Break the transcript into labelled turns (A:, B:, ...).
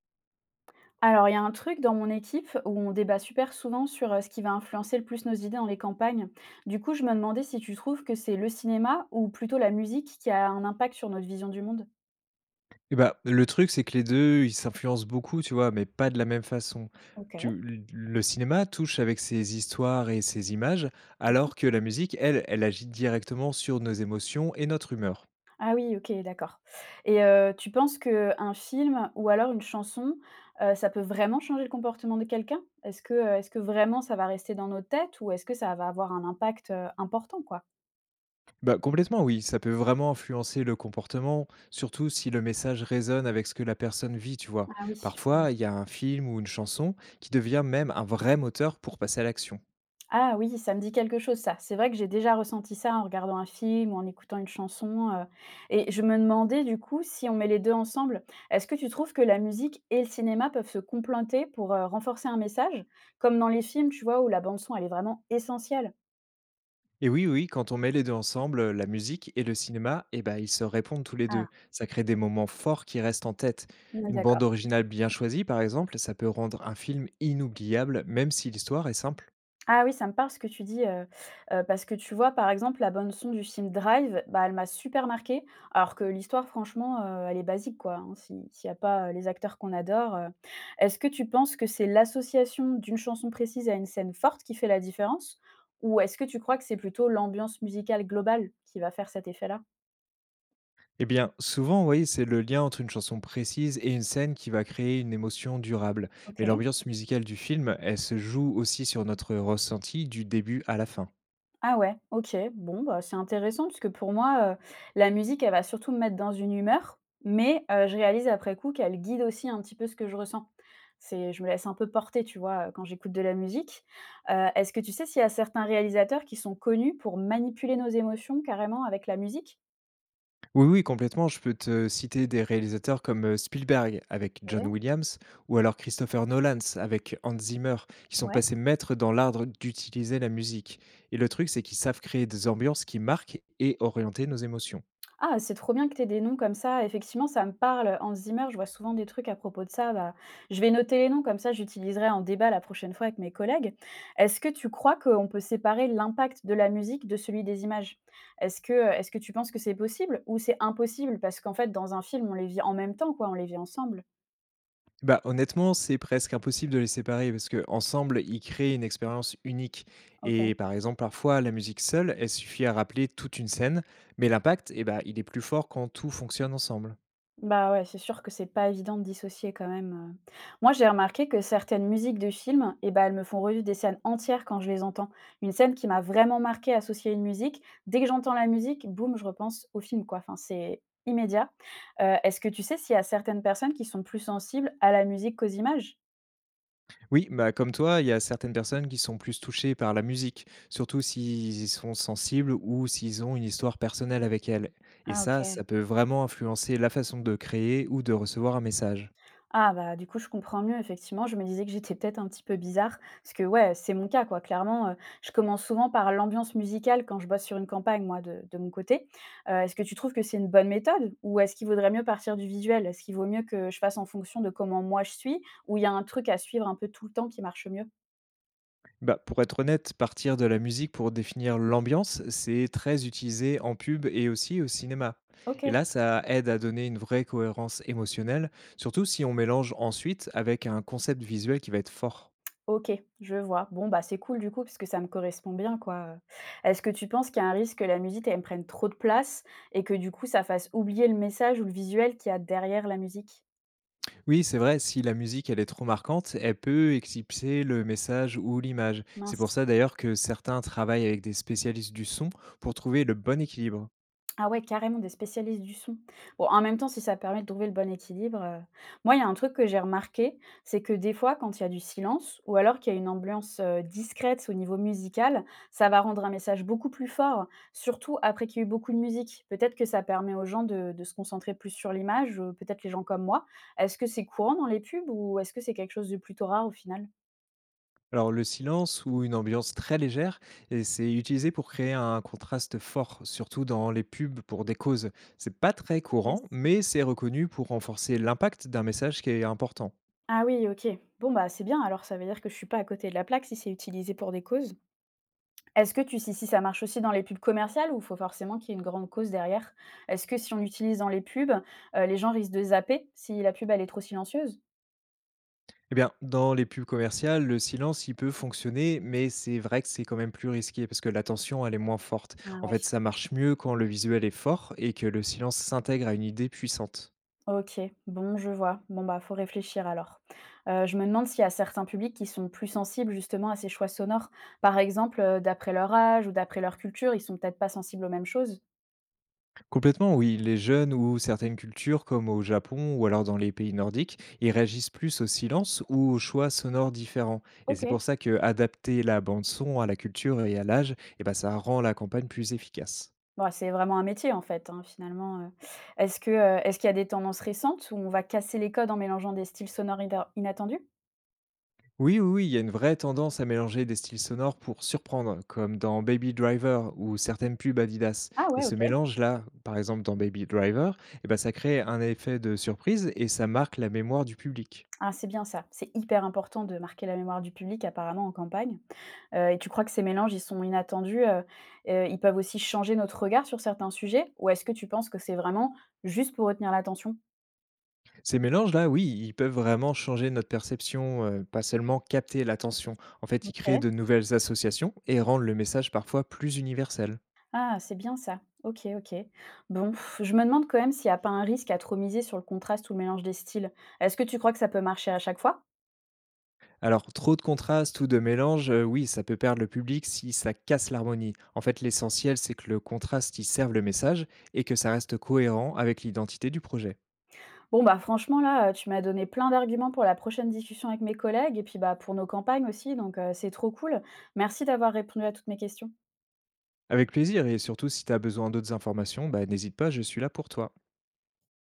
A: Alors, il y a un truc dans mon équipe où on débat super souvent sur ce qui va influencer le plus nos idées dans les campagnes. Du coup, je me demandais si tu trouves que c'est le cinéma ou plutôt la musique qui a un impact sur notre vision du monde.
B: Et bah, le truc, c'est que les 2 ils s'influencent beaucoup, tu vois? Mais pas de la même façon. Tu
A: Ok.
B: l Le cinéma touche avec ses histoires et ses images, alors que la musique, elle, elle agit directement sur nos émotions et notre humeur.
A: Ah oui, ok, d'accord. Et tu penses qu'un film ou alors une chanson, ça peut vraiment changer le comportement de quelqu'un. Est-ce que vraiment ça va rester dans nos têtes ou est-ce que ça va avoir un impact important, quoi?
B: Bah, complètement, oui, ça peut vraiment influencer le comportement, surtout si le message résonne avec ce que la personne vit, tu vois?
A: Ah oui.
B: Parfois, il y a un film ou une chanson qui devient même un vrai moteur pour passer à l'action.
A: Ah oui, ça me dit quelque chose ça. C'est vrai que j'ai déjà ressenti ça en regardant un film ou en écoutant une chanson, et je me demandais du coup si on met les 2 ensemble, est-ce que tu trouves que la musique et le cinéma peuvent se compléter pour, renforcer un message? Comme dans les films, tu vois, où la bande son elle est vraiment essentielle?
B: Et oui, oui, quand on met les 2 ensemble, la musique et le cinéma, eh ben ils se répondent tous les
A: Ah,
B: 2. Ça crée des moments forts qui restent en tête.
A: ouais,
B: Une bande
A: d'accord.
B: originale bien choisie, par exemple, ça peut rendre un film inoubliable, même si l'histoire est simple.
A: Ah oui, ça me parle ce que tu dis, parce que tu vois, par exemple, la bonne son du film Drive, bah, elle m'a super marquée, alors que l'histoire franchement, elle est basique quoi, hein, si s'il n'y a pas, les acteurs qu'on adore, Est-ce que tu penses que c'est l'association d'une chanson précise à une scène forte qui fait la différence? Ou est-ce que tu crois que c'est plutôt l'ambiance musicale globale qui va faire cet effet-là?
B: Eh bien, souvent, oui, c'est le lien entre une chanson précise et une scène qui va créer une émotion durable. Mais
A: OK.
B: l'ambiance musicale du film, elle se joue aussi sur notre ressenti du début à la fin.
A: Ah ouais, OK. Bon, bah, c'est intéressant parce que pour moi, la musique, elle va surtout me mettre dans une humeur, mais je réalise après coup qu'elle guide aussi un petit peu ce que je ressens. C'est je me laisse un peu porter, tu vois, quand j'écoute de la musique. Est-ce que tu sais s'il y a certains réalisateurs qui sont connus pour manipuler nos émotions carrément avec la musique?
B: Oui, oui, complètement. Je peux te citer des réalisateurs comme Spielberg avec John
A: Ouais,
B: Williams ou alors Christopher Nolan avec Hans Zimmer, qui sont
A: ouais.
B: passés maîtres dans l'art d'utiliser la musique. Et le truc, c'est qu'ils savent créer des ambiances qui marquent et orienter nos émotions.
A: Ah, c'est trop bien que tu aies des noms comme ça. Effectivement, ça me parle. Hans Zimmer, je vois souvent des trucs à propos de ça. Bah, je vais noter les noms, comme ça j'utiliserai en débat la prochaine fois avec mes collègues. Est-ce que tu crois qu'on peut séparer l'impact de la musique de celui des images? Est-ce que, est ce que tu penses que c'est possible ou c'est impossible? Parce qu'en fait, dans un film, on les vit en même temps, quoi, on les vit ensemble.
B: Bah, honnêtement, c'est presque impossible de les séparer parce que ensemble, ils créent une expérience unique.
A: Ok.
B: Et par exemple, parfois, la musique seule, elle suffit à rappeler toute une scène, mais l'impact, eh bah, il est plus fort quand tout fonctionne ensemble.
A: Bah, ouais, c'est sûr que c'est pas évident de dissocier quand même, Moi, j'ai remarqué que certaines musiques de films et bah, elles me font revivre des scènes entières quand je les entends. Une scène qui m'a vraiment marquée associée à une musique, dès que j'entends la musique, boum, je repense au film, quoi. Enfin, c'est immédiat. Est-ce que tu sais s'il y a certaines personnes qui sont plus sensibles à la musique qu'aux images?
B: Oui, bah, comme toi, il y a certaines personnes qui sont plus touchées par la musique, surtout s'ils sont sensibles ou s'ils ont une histoire personnelle avec elle. Et
A: Ah
B: ça,
A: OK.
B: ça peut vraiment influencer la façon de créer ou de recevoir un message.
A: Ah bah, du coup, je comprends mieux effectivement. Je me disais que j'étais peut-être un petit peu bizarre parce que ouais, c'est mon cas quoi. Clairement, je commence souvent par l'ambiance musicale quand je bosse sur une campagne moi de mon côté. Est-ce que tu trouves que c'est une bonne méthode ou est-ce qu'il vaudrait mieux partir du visuel? Est-ce qu'il vaut mieux que je fasse en fonction de comment moi je suis ou il y a un truc à suivre un peu tout le temps qui marche mieux?
B: Bah, pour être honnête, partir de la musique pour définir l'ambiance, c'est très utilisé en pub et aussi au cinéma. Et
A: OK,
B: là, ça aide à donner une vraie cohérence émotionnelle, surtout si on mélange ensuite avec un concept visuel qui va être fort.
A: OK, je vois. Bon bah, c'est cool du coup parce que ça me correspond bien quoi. Est-ce que tu penses qu'il y a un risque que la musique, elle me prenne trop de place et que du coup ça fasse oublier le message ou le visuel qu'il y a derrière la musique?
B: Oui, c'est vrai, si la musique, elle est trop marquante, elle peut éclipser le message ou l'image. C'est pour
A: Mince.
B: ça d'ailleurs que certains travaillent avec des spécialistes du son pour trouver le bon équilibre.
A: Ah ouais, carrément des spécialistes du son. Bon, en même temps, si ça permet de trouver le bon équilibre, moi, il y a un truc que j'ai remarqué, c'est que des fois, quand il y a du silence ou alors qu'il y a une ambiance, discrète au niveau musical, ça va rendre un message beaucoup plus fort, surtout après qu'il y a eu beaucoup de musique. Peut-être que ça permet aux gens de se concentrer plus sur l'image, peut-être les gens comme moi. Est-ce que c'est courant dans les pubs ou est-ce que c'est quelque chose de plutôt rare au final?
B: Alors le silence ou une ambiance très légère, et c'est utilisé pour créer un contraste fort, surtout dans les pubs pour des causes. C'est pas très
A: Yes.
B: courant, mais c'est reconnu pour renforcer l'impact d'un message qui est important.
A: Ah oui, OK. Bon, bah, c'est bien alors, ça veut dire que je suis pas à côté de la plaque si c'est utilisé pour des causes. Est-ce que tu sais si ça marche aussi dans les pubs commerciales ou faut forcément qu'il y ait une grande cause derrière? Est-ce que si on l'utilise dans les pubs, les gens risquent de zapper si la pub elle est trop silencieuse?
B: Eh bien, dans les pubs commerciales, le silence, il peut fonctionner, mais c'est vrai que c'est quand même plus risqué parce que l'attention, elle est moins forte.
A: Ah
B: En fait,
A: ouais.
B: ça marche mieux quand le visuel est fort et que le silence s'intègre à une idée puissante.
A: OK, bon je vois. Bon bah, faut réfléchir alors. Je me demande s'il y a certains publics qui sont plus sensibles justement à ces choix sonores. Par exemple, d'après leur âge ou d'après leur culture, ils sont peut-être pas sensibles aux mêmes choses?
B: Complètement, oui, les jeunes ou certaines cultures, comme au Japon ou alors dans les pays nordiques, ils réagissent plus au silence ou aux choix sonores différents. Et
A: OK.
B: c'est pour ça que adapter la bande son à la culture et à l'âge, eh ben, ça rend la campagne plus efficace.
A: Bon, c'est vraiment un métier en fait, hein, finalement, Est-ce que, est-ce qu'il y a des tendances récentes où on va casser les codes en mélangeant des styles sonores inattendus?
B: Oui, oui, oui, il y a une vraie tendance à mélanger des styles sonores pour surprendre, comme dans Baby Driver ou certaines pubs Adidas.
A: Ah
B: Et
A: ouais,
B: ce
A: OK.
B: mélange-là, par exemple dans Baby Driver, eh ben, ça crée un effet de surprise et ça marque la mémoire du public.
A: Ah, c'est bien ça. C'est hyper important de marquer la mémoire du public apparemment en campagne. Et tu crois que ces mélanges, ils sont inattendus, ils peuvent aussi changer notre regard sur certains sujets? Ou est-ce que tu penses que c'est vraiment juste pour retenir l'attention?
B: Ces mélanges-là, oui, ils peuvent vraiment changer notre perception, pas seulement capter l'attention. En fait, ils créent
A: OK.
B: de nouvelles associations et rendent le message parfois plus universel.
A: Ah, c'est bien ça. OK, OK. Bon, pff, je me demande quand même s'il n'y a pas un risque à trop miser sur le contraste ou le mélange des styles. Est-ce que tu crois que ça peut marcher à chaque fois?
B: Alors, trop de contraste ou de mélange, oui, ça peut perdre le public si ça casse l'harmonie. En fait, l'essentiel, c'est que le contraste, il serve le message et que ça reste cohérent avec l'identité du projet.
A: Bon, bah, franchement là, tu m'as donné plein d'arguments pour la prochaine discussion avec mes collègues et puis, bah, pour nos campagnes aussi donc c'est trop cool. Merci d'avoir répondu à toutes mes questions.
B: Avec plaisir et surtout si tu as besoin d'autres informations, bah, n'hésite pas, je suis là pour toi.